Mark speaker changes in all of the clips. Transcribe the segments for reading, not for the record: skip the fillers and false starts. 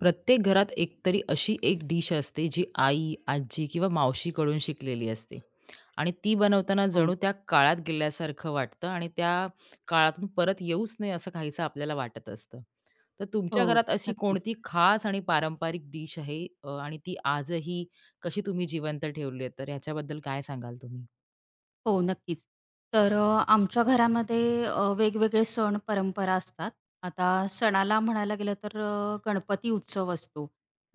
Speaker 1: प्रत्येक घरात एकतरी अशी एक डिश असते जी आई, आजी किंवा मावशीकडून शिकलेली असते आणि ती बनवताना
Speaker 2: हो,
Speaker 1: जणू त्या काळात गेल्यासारखं वाटतं आणि त्या काळातून परत येऊच नये असं काहीसं आपल्याला वाटत असतं. तर तुमच्या
Speaker 2: हो.
Speaker 1: घरात अशी
Speaker 2: नक्कीच.
Speaker 1: कोणती खास आणि पारंपरिक डिश आहे आणि ती आजही कशी तुम्ही जिवंत ठेवली आहे? तर ह्याच्याबद्दल काय सांगाल तुम्ही?
Speaker 2: हो, नक्कीच. तर आमच्या घरामध्ये वेगवेगळे सण परंपरा असतात. आता सणाला म्हणायला गेलं तर गणपती उत्सव असतो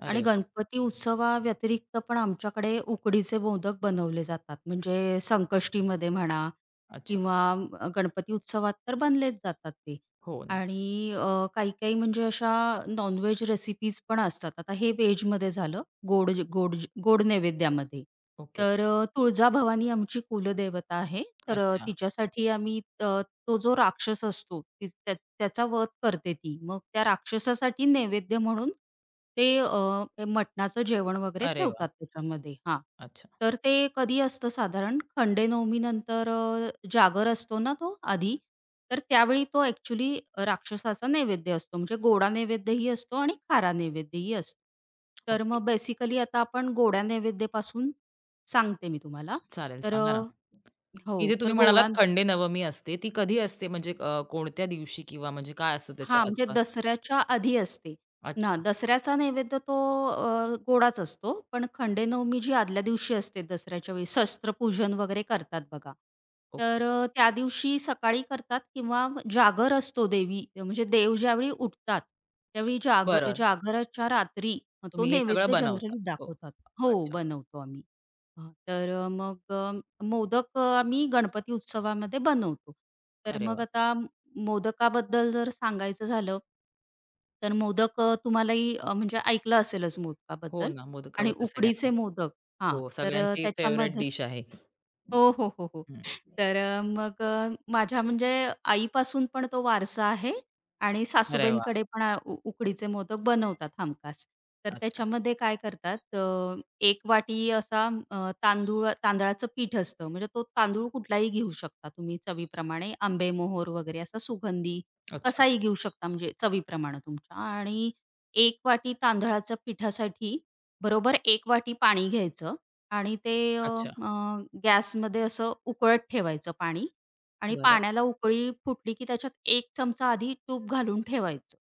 Speaker 2: आणि
Speaker 1: अरे वाह!
Speaker 2: गणपती उत्सवाव्यतिरिक्त पण आमच्याकडे उकडीचे मोदक बनवले जातात. म्हणजे संकष्टीमध्ये म्हणा
Speaker 1: अच्छा.
Speaker 2: किंवा गणपती उत्सवात तर बनलेच जातात ते.
Speaker 1: हो ना.
Speaker 2: आणि काही-काही म्हणजे अशा नॉन रेसिपीज पण असतात. आता हे व्हेजमध्ये झालं. गोड गोड गोड नैवेद्यामध्ये.
Speaker 1: ओके.
Speaker 2: तर तुळजाभवानी आमची कुलदेवता आहे. तर
Speaker 1: अच्छा.
Speaker 2: तिच्यासाठी आम्ही तो जो राक्षस असतो ती त्याचा वध करते ती. मग त्या राक्षसासाठी नैवेद्य म्हणून ते ते मटणाचं जेवण वगैरे
Speaker 1: अरे वाह!
Speaker 2: ठेवतात त्याच्यामध्ये. हां.
Speaker 1: अच्छा.
Speaker 2: तर ते कधी असतं साधारण खंडेनवमीनंतर जागर असतो ना तो आधी, तर त्यावेळी तो ॲक्चुअली राक्षसाचा नैवेद्य असतो. म्हणजे गोडा नैवेद्यही असतो आणि खारा नैवेद्यही असतो. तर
Speaker 1: ओके.
Speaker 2: मग बेसिकली आता आपण गोडा नैवेद्यापासून सांगते मी तुम्हाला.
Speaker 1: चालेल,
Speaker 2: तर
Speaker 1: सांगा ना? ही
Speaker 2: हो,
Speaker 1: जे
Speaker 2: तर
Speaker 1: तुम्ही म्हणालात
Speaker 2: गोडा
Speaker 1: खंडे नवमी असते, ती कधी असते? म्हणजे कोणत्या दिवशी किंवा म्हणजे काय असतं त्याच्या
Speaker 2: हां, म्हणजे
Speaker 1: आसपास?
Speaker 2: दसऱ्याच्या आधी असते ना.
Speaker 1: अच्छा,
Speaker 2: दसऱ्याचा नैवेद्य तो गोडाच असतो. पण खंडेनवमी जी आदल्या दिवशी असते दसऱ्याच्या वेळी शस्त्रपूजन वगैरे करतात बघा.
Speaker 1: ओके.
Speaker 2: तर त्या दिवशी सकाळी करतात किंवा जागर असतो देवी म्हणजे देव ज्यावेळी उठतात, त्यावेळी जाग
Speaker 1: बरं,
Speaker 2: जागराच्या रात्री तो
Speaker 1: तुम्ही हे सगळं
Speaker 2: नैवेद्य
Speaker 1: बनवता.
Speaker 2: जनरली
Speaker 1: हो.
Speaker 2: दाखवतात. हो,
Speaker 1: अच्छा.
Speaker 2: बनवतो आम्ही. हां, तर मग मोदक आम्ही गणपती उत्सवामध्ये बनवतो. तर
Speaker 1: अरे
Speaker 2: मग
Speaker 1: वाह!
Speaker 2: आता मोदकाबद्दल जर सांगायचं झालं, तर मोदक तुम्हालाही म्हणजे ऐकलं असेलच
Speaker 1: हो
Speaker 2: मोदकाबद्दल
Speaker 1: ना,
Speaker 2: आणि
Speaker 1: मोदकाबद्दल सगळ्यांना
Speaker 2: उकडीचे
Speaker 1: माहिती.
Speaker 2: मोदक हां,
Speaker 1: हो,
Speaker 2: तर
Speaker 1: सगळ्यांची फेव्हरेट
Speaker 2: त्याच्यामध्ये
Speaker 1: डिश आहे.
Speaker 2: हो, हो, हो, हो.
Speaker 1: हं.
Speaker 2: तर मग माझ्या म्हणजे आईपासून पण तो वारसा आहे आणि
Speaker 1: अरे वाह!
Speaker 2: सासूबाईंकडे पण आ उ उकडीचे मोदक बनवतात हमखास. तर
Speaker 1: अच्छा,
Speaker 2: त्याच्यामध्ये काय करतात 1 वाटी असा तांदळाचं पीठ असतं. म्हणजे तो तांदूळ कुठलाही घेऊ शकता तुम्ही चवीप्रमाणे. आंबेमोहोर वगैरे असा सुगंधी
Speaker 1: अच्छा,
Speaker 2: कसाही घेऊ शकता म्हणजे चवीप्रमाणे तुमच्या आणि 1 वाटी तांदळाच्या पिठासाठी बरोबर 1 वाटी पाणी घ्यायचं आणि ते
Speaker 1: अच्छा.
Speaker 2: अ, गॅसमध्ये असं उकळत ठेवायचं पाणी आणि
Speaker 1: बरं.
Speaker 2: पाण्याला उकळी फुटली की त्याच्यात एक चमचा आधी तूप घालून ठेवायचं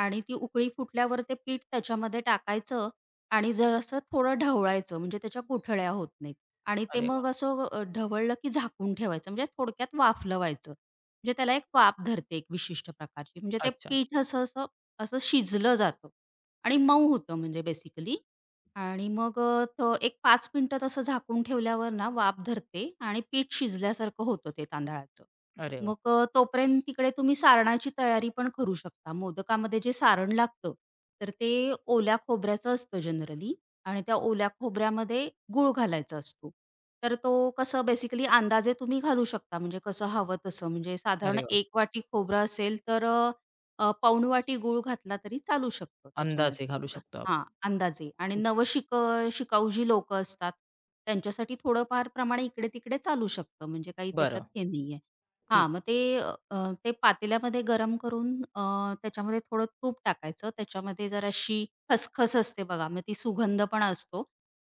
Speaker 2: आणि ती उकळी फुटल्यावर ते पीठ त्याच्यामध्ये टाकायचं आणि जरासं थोडं ढवळायचं म्हणजे त्याच्या गुठळ्या होत नाहीत आणि ते
Speaker 1: अरे वाह!
Speaker 2: मग असं ढवळलं की झाकून ठेवायचं म्हणजे थोडक्यात वाफलं व्हायचं. म्हणजे त्याला एक वाफ धरते एक विशिष्ट प्रकारची म्हणजे ते
Speaker 1: अच्छा.
Speaker 2: पीठ असं शिजलं जातं आणि मऊ होतं म्हणजे बेसिकली आणि मग तो एक 5 मिनिटं तसं झाकून ठेवल्यावर ना वाफ धरते आणि पीठ शिजल्यासारखं होतं ते तांदळाचं.
Speaker 1: अरे वाह!
Speaker 2: मग तोपर्यंत तिकडे तुम्ही सारणाची तयारी पण करू शकता. मोदकामध्ये जे सारण लागतं, तर ते ओल्या खोबऱ्याचं असतं जनरली आणि त्या ओल्या खोबऱ्यामध्ये गूळ घालायचा असतो. तर तो कसं बेसिकली अंदाजे तुम्ही घालू शकता म्हणजे कसं हवं तसं. म्हणजे साधारण
Speaker 1: अरे वाह!
Speaker 2: 1 वाटी खोबरं असेल तर अ, अ, पाऊण वाटी गूळ घातला तरी चालू शकतो
Speaker 1: अंदाजे
Speaker 2: त्याच्यामध्ये.
Speaker 1: घालू शकतो आपण.
Speaker 2: हां, अंदाजे आणि
Speaker 1: ठीक.
Speaker 2: शिकाऊ जी लोकं असतात, त्यांच्यासाठी थोडंफार प्रमाण इकडे-तिकडे चालू शकतं, म्हणजे काही त्याच्यात
Speaker 1: बरं,
Speaker 2: हे नाहीये.
Speaker 1: ठीक
Speaker 2: हां, मग
Speaker 1: आहे.
Speaker 2: ते ते पातेल्यामध्ये गरम करून त्याच्यामध्ये थोडं तूप टाकायचं, त्याच्यामध्ये जराशी खसखस असते बघा, मग ती सुगंध पण असतो.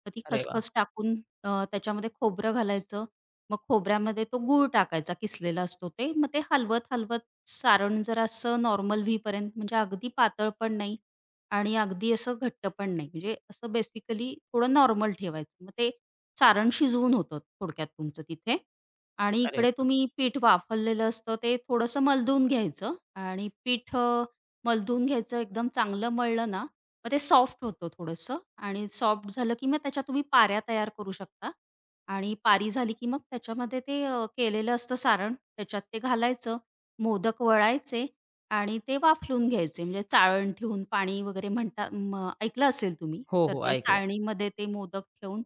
Speaker 2: मग ती
Speaker 1: अरे वाह!
Speaker 2: खसखस टाकून त्याच्यामध्ये खोबरं घालायचं, मग खोबऱ्यामध्ये तो गूळ टाकायचा, किसलेला असतो ते. मग ते हलवत-हलवत सारण जरासं नॉर्मल व्हीपर्यंत म्हणजे अगदी पातळ पण नाही आणि अगदी असं घट्ट पण नाही. म्हणजे असं बेसिकली थोडं नॉर्मल ठेवायचं. मग ते सारण शिजवून होतं थोडक्यात तुमचं तिथे आणि
Speaker 1: अरे
Speaker 2: इकडे
Speaker 1: वाह!
Speaker 2: तुम्ही पीठ वाफवलेलं असतं ते थोडंसं मलदून घ्यायचं आणि पीठ मलदून घ्यायचं एकदम चांगलं मळलं ना, मग ते सॉफ्ट होतं थोडंसं आणि सॉफ्ट झालं की मग त्याच्या तुम्ही पाऱ्या तयार करू शकता आणि पारी झाली की मग त्याच्यामध्ये ते केलेलं असतं सारण त्याच्यात ते घालायचं, मोदक वळायचे आणि ते वाफलून घ्यायचे म्हणजे चाळण ठेवून पाणी वगैरे म्हणता ऐकलं असेल तुम्ही,
Speaker 1: हो,
Speaker 2: तर
Speaker 1: हो,
Speaker 2: ते
Speaker 1: ऐकलं.
Speaker 2: चाळणीमध्ये ते मोदक ठेवून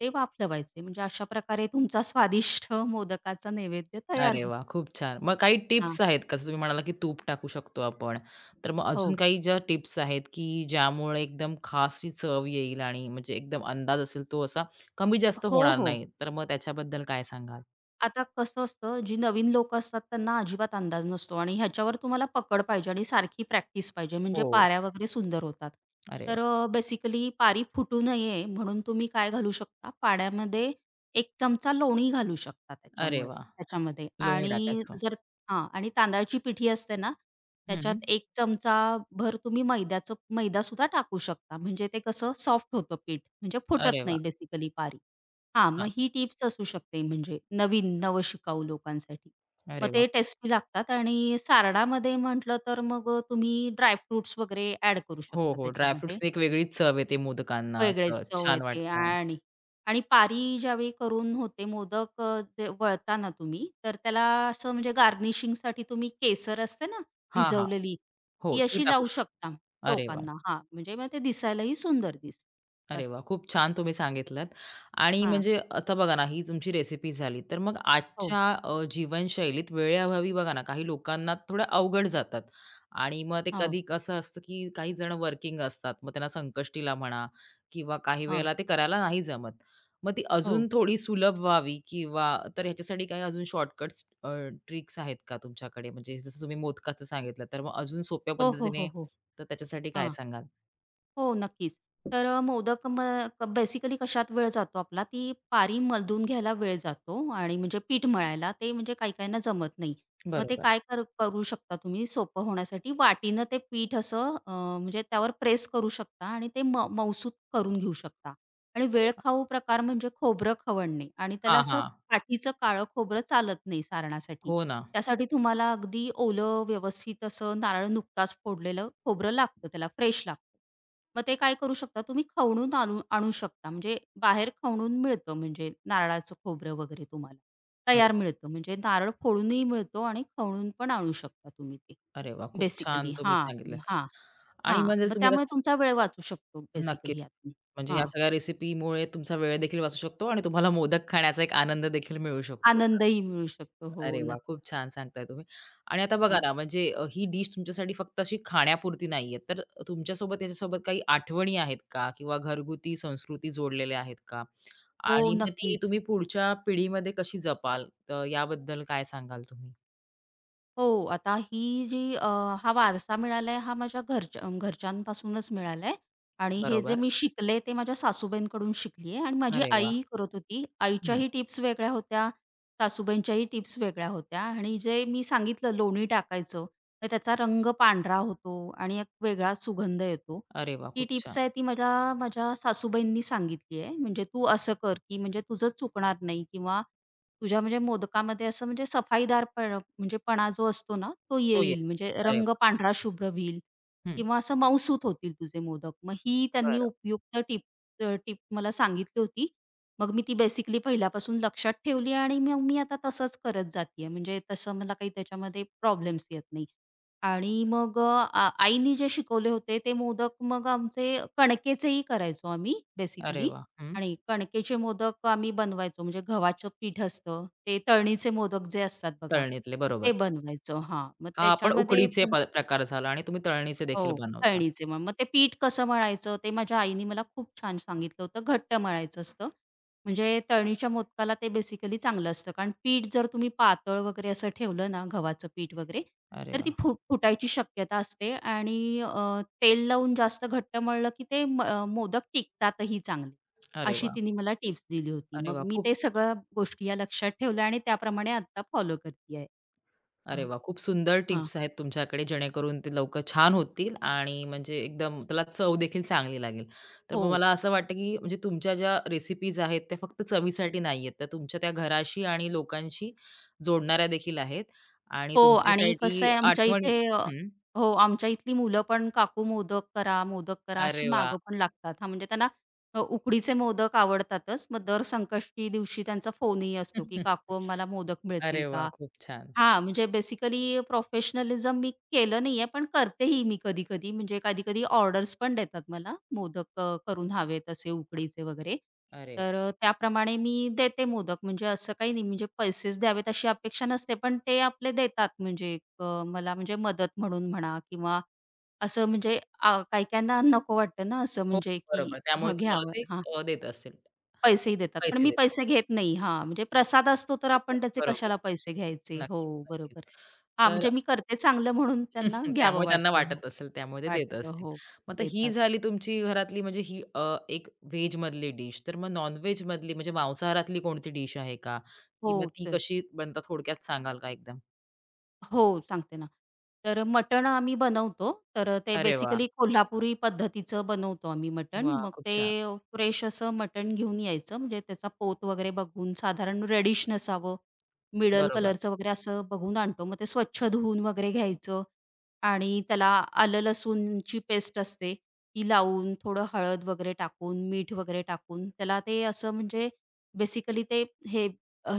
Speaker 2: ते वाफलवायचे. म्हणजे अशा प्रकारे तुमचा स्वादिष्ट मोदकाचा नैवेद्य तयार
Speaker 1: अरे वा,
Speaker 2: होतो.
Speaker 1: खूप छान. मग काही
Speaker 2: हां.
Speaker 1: टिप्स आहेत का? जसं तुम्ही म्हणाला, की तूप टाकू शकतो आपण. तर मग अजून
Speaker 2: हो.
Speaker 1: काही ज्या टिप्स आहेत, की ज्यामुळे एकदम खास ही चव येईल आणि म्हणजे एकदम अंदाज असेल तो असा कमी-जास्त
Speaker 2: हो,
Speaker 1: होणार
Speaker 2: हो.
Speaker 1: नाही. तर मग त्याच्याबद्दल काय सांगाल?
Speaker 2: आता कसं असतं, जी नवीन लोकं असतात त्यांना अजिबात अंदाज नसतो आणि ह्याच्यावर तुम्हाला पकड पाहिजे आणि सारखी प्रॅक्टिस पाहिजे म्हणजे
Speaker 1: हो.
Speaker 2: पाऱ्या वगैरे सुंदर होतात.
Speaker 1: अरे
Speaker 2: तर
Speaker 1: वाह!
Speaker 2: बेसिकली पारी फुटू नये म्हणून तुम्ही काय घालू शकता, पाण्यामध्ये 1 चमचा लोणी घालू शकता
Speaker 1: अरे
Speaker 2: त्याच्यामुळे
Speaker 1: वाह!
Speaker 2: त्याच्यामध्ये
Speaker 1: लोणी
Speaker 2: आणि
Speaker 1: टाकायचं.
Speaker 2: जर हां आणि तांदळाची पिठी असते ना, त्याच्यात
Speaker 1: हं.
Speaker 2: 1 चमचा भर तुम्ही मैदासुद्धा टाकू शकता. म्हणजे ते कसं सॉफ्ट होतं पीठ म्हणजे फुटत
Speaker 1: अरे वाह!
Speaker 2: नाही बेसिकली पारी. हां,
Speaker 1: छान.
Speaker 2: मग ही टिप्स असू शकते म्हणजे नवीन, नवशिकाऊ लोकांसाठी. मग
Speaker 1: अरे वाह!
Speaker 2: ते टेस्टी लागतात आणि सारडामध्ये म्हटलं तर मग तुम्ही ड्रायफ्रुट्स वगैरे ॲड करू
Speaker 1: हो,
Speaker 2: शकता
Speaker 1: हो.
Speaker 2: त्याच्यामध्ये.
Speaker 1: ड्रायफ्रुट्सनी एक वेगळीच चव येते मोदकांना,
Speaker 2: वेगळेच
Speaker 1: असं
Speaker 2: चव
Speaker 1: छान
Speaker 2: येते
Speaker 1: वाटतं.
Speaker 2: आणि आणि पारी ज्यावेळी करून होते मोदक जे वळता तुम्ही, तर त्याला असं म्हणजे गार्निशिंगसाठी तुम्ही केसर असते ना
Speaker 1: हां, हां.
Speaker 2: भिजवलेली,
Speaker 1: हो,
Speaker 2: ती
Speaker 1: ती
Speaker 2: अशी
Speaker 1: टाकू
Speaker 2: लावू
Speaker 1: शकतो.
Speaker 2: शकता
Speaker 1: अरे वाह!
Speaker 2: टोकांना. हां, म्हणजे मग ते दिसायलाही सुंदर दिसतं.
Speaker 1: अरे वा, खूप छान तुम्ही सांगितलत. आणि
Speaker 2: हां.
Speaker 1: म्हणजे आता बघा ना, ही तुमची रेसिपी झाली. तर मग
Speaker 2: हो,
Speaker 1: आजच्या जीवनशैलीत वेळेअभावी बघा ना, काही लोकांना थोडं अवघड जातात आणि मग ते
Speaker 2: हो,
Speaker 1: कधी कसं असतं, की काही जण वर्किंग असतात. मग त्यांना संकष्टीला म्हणा किंवा काही
Speaker 2: हां.
Speaker 1: वेळेला ते करायला नाही जमत. मग ती
Speaker 2: हो.
Speaker 1: अजून थोडी सुलभ व्हावी किंवा तर ह्याच्यासाठी काही अजून शॉर्टकट्स ट्रिक्स आहेत का तुमच्याकडे? म्हणजे जसं तुम्ही मोदकाचं सांगितलं, तर मग अजून सोप्या
Speaker 2: हो, हो, हो,
Speaker 1: पद्धतीने
Speaker 2: हो.
Speaker 1: तर त्याच्यासाठी काय
Speaker 2: हां.
Speaker 1: सांगाल?
Speaker 2: हो, नक्कीच. तर मोदक मग बेसिकली कशात वेळ जातो आपला, ती पारी मलदून घ्यायला वेळ जातो आणि म्हणजे पीठ मळायला ते म्हणजे काही-काहींना जमत नाही. मग ते
Speaker 1: बरोबर.
Speaker 2: काय करू शकता तुम्ही सोपं होण्यासाठी वाटीनं ते पीठ असं म्हणजे त्यावर प्रेस करू शकता आणि ते मऊसूत करून घेऊ शकता आणि
Speaker 1: अरे वाह!
Speaker 2: वेळखाऊ प्रकार म्हणजे खोबरं खवणणे आणि त्याला
Speaker 1: हां,
Speaker 2: असं
Speaker 1: हां.
Speaker 2: पाठीचं काळं खोबरं चालत नाही सारणासाठी.
Speaker 1: हो ना.
Speaker 2: त्यासाठी तुम्हाला अगदी ओलं व्यवस्थित असं नारळ नुकताच फोडलेलं खोबरं लागतं त्याला, फ्रेश लागतं. मग ते काय करू शकता तुम्ही खवणून आणू आणू शकता. म्हणजे बाहेर खवणून मिळतं म्हणजे नारळाचं खोबरं वगैरे तुम्हाला.
Speaker 1: अरे
Speaker 2: तयार
Speaker 1: वा,
Speaker 2: मिळतं म्हणजे नारळ फोडूनही मिळतो आणि खवणून पण आणू शकता तुम्ही ते.
Speaker 1: अरे वाह! खूप छान
Speaker 2: बेसिकली
Speaker 1: तुम्ही
Speaker 2: हां,
Speaker 1: सांगितलंत.
Speaker 2: हां,
Speaker 1: आणि
Speaker 2: हां.
Speaker 1: म्हणजे
Speaker 2: मग
Speaker 1: तुम्ही
Speaker 2: त्यामुळे
Speaker 1: रस
Speaker 2: तुमचा वेळ वाचू शकतो
Speaker 1: नक्कीच.
Speaker 2: बेसिकली यातून.
Speaker 1: म्हणजे ह्या
Speaker 2: हां,
Speaker 1: सगळ्या रेसिपीमुळे तुमचा वेळ देखील वाचू शकतो आणि तुम्हाला मोदक खाण्याचा एक आनंद देखील मिळू शकतो.
Speaker 2: आनंदही मिळू शकतो. हो,
Speaker 1: अरे वाह!
Speaker 2: नक्की.
Speaker 1: खूप छान सांगताय तुम्ही. आणि आता बघा
Speaker 2: हां.
Speaker 1: ना, म्हणजे ही डिश तुमच्यासाठी फक्त अशी खाण्यापुरती नाहीये. तर तुमच्यासोबत त्याच्यासोबत काही आठवणी आहेत का? किंवा घरगुती संस्कृती जोडलेल्या आहेत का?
Speaker 2: हो,
Speaker 1: आणि मग ती
Speaker 2: नक्कीच.
Speaker 1: तुम्ही पुढच्या पिढीमध्ये कशी जपाल? तर याबद्दल काय सांगाल तुम्ही?
Speaker 2: हो, आता ही जी हा वारसा मिळालाय हा माझ्या घरच्या घरच्यांपासूनच मिळालाय आणि हे जे
Speaker 1: बरोबर.
Speaker 2: मी शिकले ते माझ्या सासूबाईंकडून शिकली आणि माझी
Speaker 1: अरे वाह!
Speaker 2: आई करत होती.
Speaker 1: हं.
Speaker 2: आईच्याही टिप्स वेगळ्या होत्या, सासूबाईंच्याही टिप्स वेगळ्या होत्या आणि जे मी सांगितलं लोणी टाकायचं, तर त्याचा रंग पांढरा होतो आणि एक वेगळा सुगंध येतो.
Speaker 1: अरे वाह!
Speaker 2: ही
Speaker 1: खूप छान.
Speaker 2: टिप्स आहे ती माझ्या माझ्या सासूबाईंनी सांगितली आहे. म्हणजे तू असं कर, की म्हणजे तुझं चुकणार नाही किंवा तुझ्या म्हणजे मोदकामध्ये असं म्हणजे सफाईदार पण म्हणजे पणा जो असतो ना, तो
Speaker 1: तो ये
Speaker 2: येईल. म्हणजे
Speaker 1: अरे
Speaker 2: रंग
Speaker 1: वाह!
Speaker 2: पांढरा शुभ्र होईल
Speaker 1: हं.
Speaker 2: किंवा असं मऊसूत होतील तुझे मोदक. मग ही त्यांनी
Speaker 1: बरं.
Speaker 2: उपयुक्त टिप मला सांगितली होती. मग मी ती बेसिकली पहिल्यापासून लक्षात ठेवली आणि मग मी आता तसंच करत जातीये. म्हणजे तसं मला काही त्याच्यामध्ये प्रॉब्लेम्स येत नाही. आणि मग अ, आ आईनी जे शिकवले होते ते मोदक मग आमचे कणकेचेही करायचो आम्ही
Speaker 1: अरे
Speaker 2: बेसिकली.
Speaker 1: वाह! हं.
Speaker 2: आणि कणकेचे मोदक आम्ही बनवायचो म्हणजे गव्हाचं पीठ असतं, ते तळणीचे मोदक जे असतात बघा,
Speaker 1: तळणीतले,
Speaker 2: ते
Speaker 1: बरोबर.
Speaker 2: बनवायचो हां. मग
Speaker 1: हा आपण
Speaker 2: त्याच्यामध्ये
Speaker 1: उकडीचे
Speaker 2: पण
Speaker 1: प्रकार झाला आणि तुम्ही तळणीचे देखील
Speaker 2: हो,
Speaker 1: बनवता.
Speaker 2: खळणीचे मग. मग ते पीठ कसं मळायचं ते माझ्या आईनी मला खूप छान सांगितलं होतं. घट्ट मळायचं असतं. म्हणजे तळणीच्या मोदकाला ते बेसिकली चांगलं असतं. कारण पीठ जर तुम्ही पातळ वगैरे असं ठेवलं ना गव्हाचं पीठ वगैरे,
Speaker 1: अरे
Speaker 2: तर ती
Speaker 1: वाह!
Speaker 2: फुटायची शक्यता असते आणि तेल लावून जास्त घट्ट मळलं की ते मोदक टिकतातही चांगले.
Speaker 1: अरे
Speaker 2: अशी
Speaker 1: वाह!
Speaker 2: तिने मला टिप्स दिली होती.
Speaker 1: अरे
Speaker 2: मग
Speaker 1: वाह!
Speaker 2: मी
Speaker 1: खूप
Speaker 2: ते सगळ्या गोष्टी या लक्षात ठेवल्या आणि त्याप्रमाणे आता फॉलो करते आहे.
Speaker 1: अरे
Speaker 2: हां,
Speaker 1: वाह! खूप सुंदर
Speaker 2: हां.
Speaker 1: टिप्स आहेत तुमच्याकडे, जेणेकरून ते लवकर छान होतील आणि म्हणजे एकदम त्याला चव देखील चांगली लागेल. तर
Speaker 2: हो.
Speaker 1: मग मला असं वाटतं, की म्हणजे तुमच्या ज्या रेसिपीज आहेत त्या फक्त चवीसाठी नाहीयेत, तर तुमच्या त्या घराशी आणि लोकांशी जोडणाऱ्या देखील आहेत आणि
Speaker 2: हो आणि कसं
Speaker 1: तुमच्यासाठी
Speaker 2: आहे आमच्या
Speaker 1: आठवणी
Speaker 2: इथे
Speaker 1: हं.
Speaker 2: हो, आमच्या इथली मुलं पण काकू मोदक करा, मोदक करा अशी
Speaker 1: अरे वाह!
Speaker 2: मागं पण लागतात. हां, म्हणजे त्यांना उकडीचे मोदक आवडतातच. मग दर संकष्टी दिवशी त्यांचा फोनही असतो, की "काकू मला मोदक मिळतील
Speaker 1: अरे वाह!
Speaker 2: का?"
Speaker 1: खूप छान.
Speaker 2: हां, म्हणजे बेसिकली प्रोफेशनलिझम मी केलं नाहीये, पण करतेही मी कधी-कधी. म्हणजे कधी-कधी ऑर्डर्स पण देतात मला मोदक करून हवेत असे उकडीचे वगैरे.
Speaker 1: अरे
Speaker 2: तर
Speaker 1: वाह!
Speaker 2: त्याप्रमाणे मी देते मोदक. म्हणजे असं काही नाही म्हणजे पैसेच द्यावेत अशी अपेक्षा नसते, पण ते आपले देतात म्हणजे मला म्हणजे मदत म्हणून म्हणा किंवा असं म्हणजे काही-काहींना नको वाटतं ना असं
Speaker 1: हो,
Speaker 2: म्हणजे की
Speaker 1: बरोबर. त्यामुळे
Speaker 2: हं,
Speaker 1: तुम्हाला
Speaker 2: घ्यावं.
Speaker 1: ते देत असेल,
Speaker 2: पैसेही देतात. पण
Speaker 1: पैसे
Speaker 2: मी
Speaker 1: देतात
Speaker 2: पैसे घेत नाही. हां, म्हणजे प्रसाद असतो तर
Speaker 1: असं.
Speaker 2: आपण त्याचे
Speaker 1: बरोबर.
Speaker 2: कशाला पैसे घ्यायचे. हो,
Speaker 1: नक्कीच, नक्कीच.
Speaker 2: बरोबर. हां,
Speaker 1: तर
Speaker 2: म्हणजे मी करते चांगलं म्हणून त्यांना घ्यावं
Speaker 1: त्यामुळे त्यांना
Speaker 2: वाटतं. हो,
Speaker 1: वाटत असेल, त्यामुळे ते देत
Speaker 2: वाटतं.
Speaker 1: असतील.
Speaker 2: हो,
Speaker 1: मग आता ही
Speaker 2: देतात.
Speaker 1: झाली तुमची घरातली म्हणजे ही एक व्हेजमधली डिश. तर मग नॉन-व्हेजमधली म्हणजे मांसाहारातली कोणती डिश आहे का?
Speaker 2: हो,
Speaker 1: की मग ती
Speaker 2: तर
Speaker 1: कशी बनतात, थोडक्यात सांगाल का एकदम?
Speaker 2: हो, सांगते ना. तर मटण आम्ही बनवतो. तर ते
Speaker 1: अरे वाह!
Speaker 2: बेसिकली कोल्हापुरी पद्धतीचं बनवतो आम्ही मटण.
Speaker 1: वाह!
Speaker 2: मग
Speaker 1: खूप
Speaker 2: ते
Speaker 1: छान.
Speaker 2: फ्रेश असं मटण घेऊन यायचं. म्हणजे त्याचा पोत वगैरे बघून साधारण रेडिश नसावं, मिडल
Speaker 1: बरोबर.
Speaker 2: कलरचं वगैरे असं बघून आणतो. मग ते स्वच्छ धुवून वगैरे घ्यायचं आणि त्याला आलं लसूणची पेस्ट असते, ती लावून थोडं हळद वगैरे टाकून, मीठ वगैरे टाकून त्याला ते असं म्हणजे बेसिकली ते हे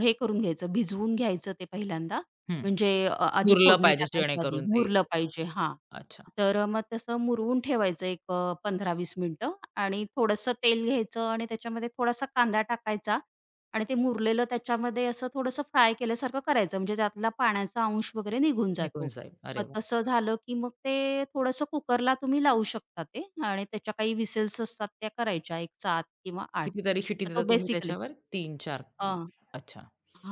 Speaker 2: हे करून घ्यायचं, भिजवून घ्यायचं ते पहिल्यांदा
Speaker 1: हं.
Speaker 2: म्हणजे आधी
Speaker 1: उरलं
Speaker 2: फोडणी
Speaker 1: पाहिजे
Speaker 2: टाकायच्या आधी
Speaker 1: जेणेकरून ते
Speaker 2: मुरलं पाहिजे. हां.
Speaker 1: अच्छा,
Speaker 2: तर मग तसं मुरवून ठेवायचं एक 15-20 मिनिटं आणि थोडंसं तेल घ्यायचं आणि त्याच्यामध्ये थोडासा कांदा टाकायचा आणि ते मुरलेलं त्याच्यामध्ये असं थोडंसं फ्राय केल्यासारखं करायचं. म्हणजे त्यातला पाण्याचा अंश वगैरे निघून
Speaker 1: निघून
Speaker 2: जातो.
Speaker 1: जाईल. अरे
Speaker 2: मग
Speaker 1: वाह!
Speaker 2: तसं झालं, की मग ते थोडंसं कुकरला तुम्ही लावू शकता ते आणि त्याच्या काही व्हिसल्स असतात त्या करायच्या 1, 7 किंवा 8.
Speaker 1: कितीतरी शिटी
Speaker 2: तर
Speaker 1: देता
Speaker 2: तो
Speaker 1: तुम्ही
Speaker 2: बेसिकली
Speaker 1: त्याच्यावर? 3-4 की अच्छा.
Speaker 2: हां.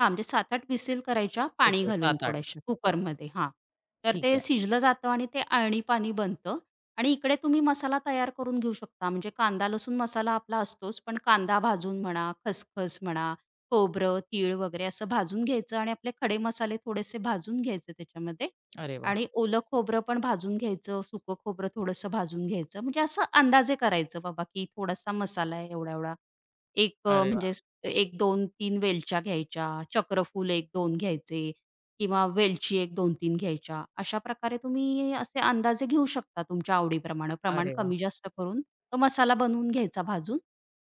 Speaker 2: हां, म्हणजे 7-8 विसील करायच्या पाणी
Speaker 1: ओके
Speaker 2: घालून
Speaker 1: 7-8
Speaker 2: थोड्याशा कुकरमध्ये हां. तर
Speaker 1: ठीक
Speaker 2: ते
Speaker 1: आहे.
Speaker 2: शिजलं जातं आणि ते अळणी-पाणी बनतं आणि इकडे तुम्ही मसाला तयार करून घेऊ शकता. म्हणजे कांदा, लसूण मसाला आपला असतोच, पण कांदा भाजून म्हणा, खसखस म्हणा, खोबरं, तीळ वगैरे असं भाजून घ्यायचं आणि आपले खडे मसाले थोडेसे भाजून घ्यायचे त्याच्यामध्ये
Speaker 1: अरे वाह!
Speaker 2: आणि ओलं खोबरं पण भाजून घ्यायचं, सुकं खोबरं थोडंसं भाजून घ्यायचं. म्हणजे असं अंदाजे करायचं बाबा, की थोडासा मसाला आहे एवढा-एवढा. एक
Speaker 1: अरे
Speaker 2: म्हणजे
Speaker 1: वाह!
Speaker 2: एक दोन तीन वेलच्या घ्यायच्या, चक्रफूल एक दोन घ्यायचे किंवा वेलची एक दोन तीन घ्यायच्या. अशा प्रकारे तुम्ही असे अंदाजे घेऊ शकता तुमच्या आवडीप्रमाणे. प्रमाण
Speaker 1: अरे वाह!
Speaker 2: कमी जास्त करून तो मसाला बनवून घ्यायचा भाजून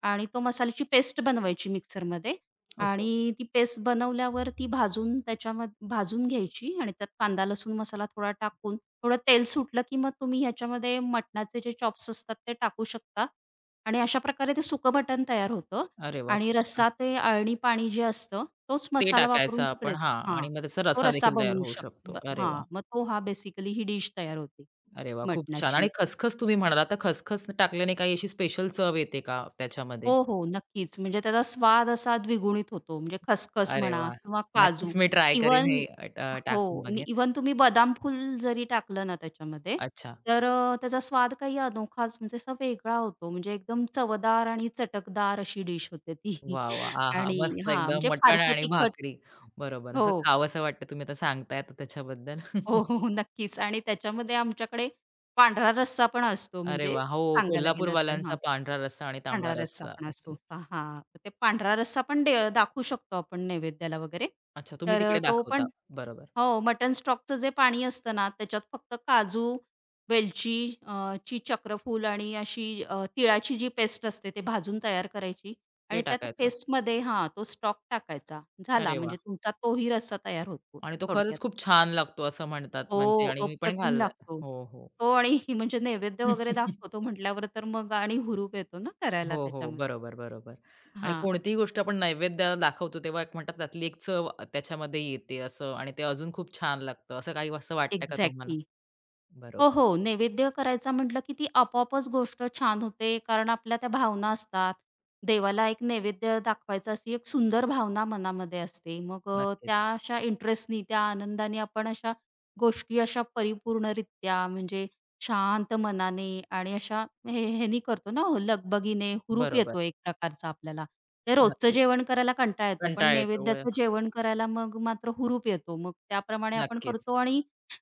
Speaker 2: आणि तो मसाल्याची पेस्ट बनवायची मिक्सरमध्ये
Speaker 1: ओके.
Speaker 2: आणि ती पेस्ट बनवल्यावर ती भाजून त्याच्यामध भाजून घ्यायची आणि त्यात कांदा, लसूण मसाला थोडा टाकून थोडं तेल सुटलं, की मग तुम्ही ह्याच्यामध्ये मटणाचे जे चॉप्स असतात ते टाकू शकता आणि अशा प्रकारे ते सुकं मटण तयार होतं.
Speaker 1: अरे वाह!
Speaker 2: आणि
Speaker 1: खूप छान.
Speaker 2: रस्सा ते अळणी पाणी जे असतं, तोच
Speaker 1: ते
Speaker 2: मसाला
Speaker 1: टाकायचं
Speaker 2: वापरून
Speaker 1: आपण,
Speaker 2: तिकडेच
Speaker 1: हां,
Speaker 2: हां,
Speaker 1: आणि मग त्याचा
Speaker 2: तो
Speaker 1: रस्सा
Speaker 2: रस्सा
Speaker 1: देखील तयार
Speaker 2: बनवू
Speaker 1: होऊ
Speaker 2: शक
Speaker 1: शकतो.
Speaker 2: ब
Speaker 1: अरे वाह!
Speaker 2: हां, मग तो हा बेसिकली ही डिश तयार होते,
Speaker 1: अरे वाह! खूप छान. आणि
Speaker 2: मटणाची.
Speaker 1: खसखस तुम्ही म्हणालात, तर खसखस टाकल्याने काही अशी स्पेशल चव येते का त्याच्यामध्ये?
Speaker 2: हो, हो, नक्कीच. म्हणजे त्याचा स्वाद असा द्विगुणित होतो. म्हणजे खसखस
Speaker 1: अरे
Speaker 2: म्हणा
Speaker 1: वाह!
Speaker 2: किंवा काजू
Speaker 1: नक्कीच मी ट्राय करीन,
Speaker 2: इव्हन
Speaker 1: हे अ, ट टाकून
Speaker 2: हो,
Speaker 1: बघेन.
Speaker 2: इव्हन तुम्ही बदाम फूल जरी टाकलं ना त्याच्यामध्ये,
Speaker 1: अच्छा.
Speaker 2: तर त्याचा स्वाद काही अनोखाच म्हणजे असा वेगळा होतो. म्हणजे एकदम चवदार आणि चटकदार अशी डिश होते ती.
Speaker 1: वाह! वाह! आहा!
Speaker 2: आणि
Speaker 1: मस्त
Speaker 2: हां,
Speaker 1: एकदम
Speaker 2: म्हणजे
Speaker 1: मटण
Speaker 2: फारसं
Speaker 1: आणि
Speaker 2: तिखट
Speaker 1: भाकरी. बरोबर. असं
Speaker 2: हो.
Speaker 1: खावसं वाटतं तुम्ही आता सांगताय तर त्याच्याबद्दल.
Speaker 2: हो, हो, हो. नक्कीच आणि त्याच्यामध्ये आमच्याकडे पांढरा रस्सा पण असतो
Speaker 1: अरे
Speaker 2: म्हणजे
Speaker 1: वाह! हो,
Speaker 2: सांगायला गेलं तर
Speaker 1: कोल्हापूरवाल्यांचा
Speaker 2: हा,
Speaker 1: पांढरा रस्सा आणि तांबडा
Speaker 2: पांढरा रस्सा
Speaker 1: रस्सा.
Speaker 2: पण असतो.
Speaker 1: ओके.
Speaker 2: हां, हां. ते पांढरा रस्सा पण दाखवू शकतो आपण नैवेद्याला वगैरे.
Speaker 1: अच्छा, तुम्ही
Speaker 2: तर
Speaker 1: तिकडे
Speaker 2: तो
Speaker 1: दाखवता.
Speaker 2: पण
Speaker 1: बरोबर.
Speaker 2: हो, मटन स्टॉकचं जे पाणी असतं ना, त्याच्यात फक्त काजू, वेलची अ, ची चक्रफूल आणि अशी तिळाची जी पेस्ट असते ते भाजून तयार करायची
Speaker 1: ते
Speaker 2: आणि त्यात
Speaker 1: टाकायचं.
Speaker 2: पेस्टमध्ये हां, तो स्टॉक टाकायचा. झाला
Speaker 1: अरे वा,
Speaker 2: म्हणजे तुमचा तोही रस्सा तयार होतो
Speaker 1: आणि तो
Speaker 2: थोडक्यात.
Speaker 1: खरंच खूप छान लागतो असं म्हणतात
Speaker 2: हो,
Speaker 1: म्हणजे, आणि मी पण
Speaker 2: अप्रतिम
Speaker 1: खाल्लाय.
Speaker 2: लागतो.
Speaker 1: हो, हो.
Speaker 2: हो आणि म्हणजे नैवेद्य वगैरे दाखवतो म्हटल्यावर तर मग आणि हुरूप येतो ना
Speaker 1: हो,
Speaker 2: करायला
Speaker 1: हो.
Speaker 2: त्याच्यामध्ये.
Speaker 1: बरोबर, बरोबर. आणि
Speaker 2: हां,
Speaker 1: कोणतीही गोष्ट आपण नैवेद्याला दाखवतो तेव्हा एक म्हणतात त्यातली एक चव त्याच्यामध्ये येते असं, आणि ते अजून खूप छान लागतं. असं काही असं वाटतं का तुम्हाला?
Speaker 2: एक्झॅक्टली. हो,
Speaker 1: बरोबर.
Speaker 2: हो. नैवेद्य करायचा म्हटलं, की ती आपोआपच गोष्ट छान होते. कारण आपल्या त्या भावना असतात. देवाला एक नैवेद्य दाखवायचा अशी एक सुंदर भावना मनामध्ये असते. मग त्या
Speaker 1: नक्कीच.
Speaker 2: अशा इंटरेस्टनी, त्या आनंदाने आपण अशा गोष्टी अशा परिपूर्णरित्या म्हणजे शांत मनाने आणि अशा हे ह्यानी करतो ना, हो, लगबगीने हुरूप
Speaker 1: बरोबर.
Speaker 2: येतो एक प्रकारचा आपल्याला. ते रोजचं
Speaker 1: नक्कीच.
Speaker 2: जेवण करायला कंटाळा येतो, पण
Speaker 1: कंटाळा येतो. वय
Speaker 2: नैवेद्याचं जेवण करायला मग मात्र हुरूप येतो. मग त्याप्रमाणे आपण करतो
Speaker 1: नक्कीच.
Speaker 2: आणि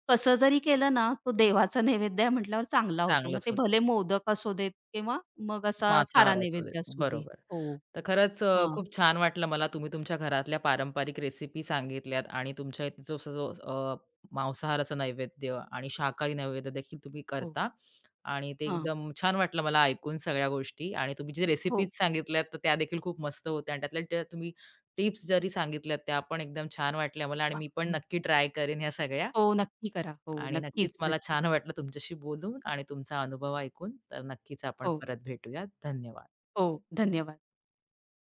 Speaker 2: कसं जरी केलं ना, तो देवाचा नैवेद्य आहे म्हटल्यावर चांगला होतो. मग
Speaker 1: चांगलंच
Speaker 2: ते
Speaker 1: होतं.
Speaker 2: भले मोदक असू देत किंवा मग असा खारा
Speaker 1: मांसाहार असू देत.
Speaker 2: नैवेद्य असू दे.
Speaker 1: बरोबर.
Speaker 2: हो.
Speaker 1: तर खरंच
Speaker 2: हां.
Speaker 1: खूप छान वाटलं मला. तुम्ही तुमच्या घरातल्या पारंपरिक रेसिपी सांगितल्यात आणि तुमच्या इथे जो जो मांसाहाराचं नैवेद्य आणि शाकाहारी नैवेद्य देखील तुम्ही
Speaker 2: हो.
Speaker 1: करता आणि ते
Speaker 2: हां.
Speaker 1: एकदम छान वाटलं मला ऐकून सगळ्या गोष्टी, आणि तुम्ही जे रेसिपीज
Speaker 2: हो.
Speaker 1: सांगितल्यात, तर त्या देखील खूप मस्त होत्या आणि त्यातल्या त्या तुम्ही टिप्स जरी सांगितल्यात, त्या पण एकदम छान वाटल्या मला आणि मी पण
Speaker 2: हो.
Speaker 1: नक्की ट्राय करेन ह्या सगळ्या.
Speaker 2: हो, नक्की करा. हो,
Speaker 1: आणि नक्कीच
Speaker 2: नक्कीच,
Speaker 1: मला
Speaker 2: नक्कीच.
Speaker 1: छान वाटलं तुमच्याशी बोलून आणि तुमचा अनुभव ऐकून. तर नक्कीच आपण
Speaker 2: हो,
Speaker 1: परत भेटूयात. धन्यवाद.
Speaker 2: हो. धन्यवाद.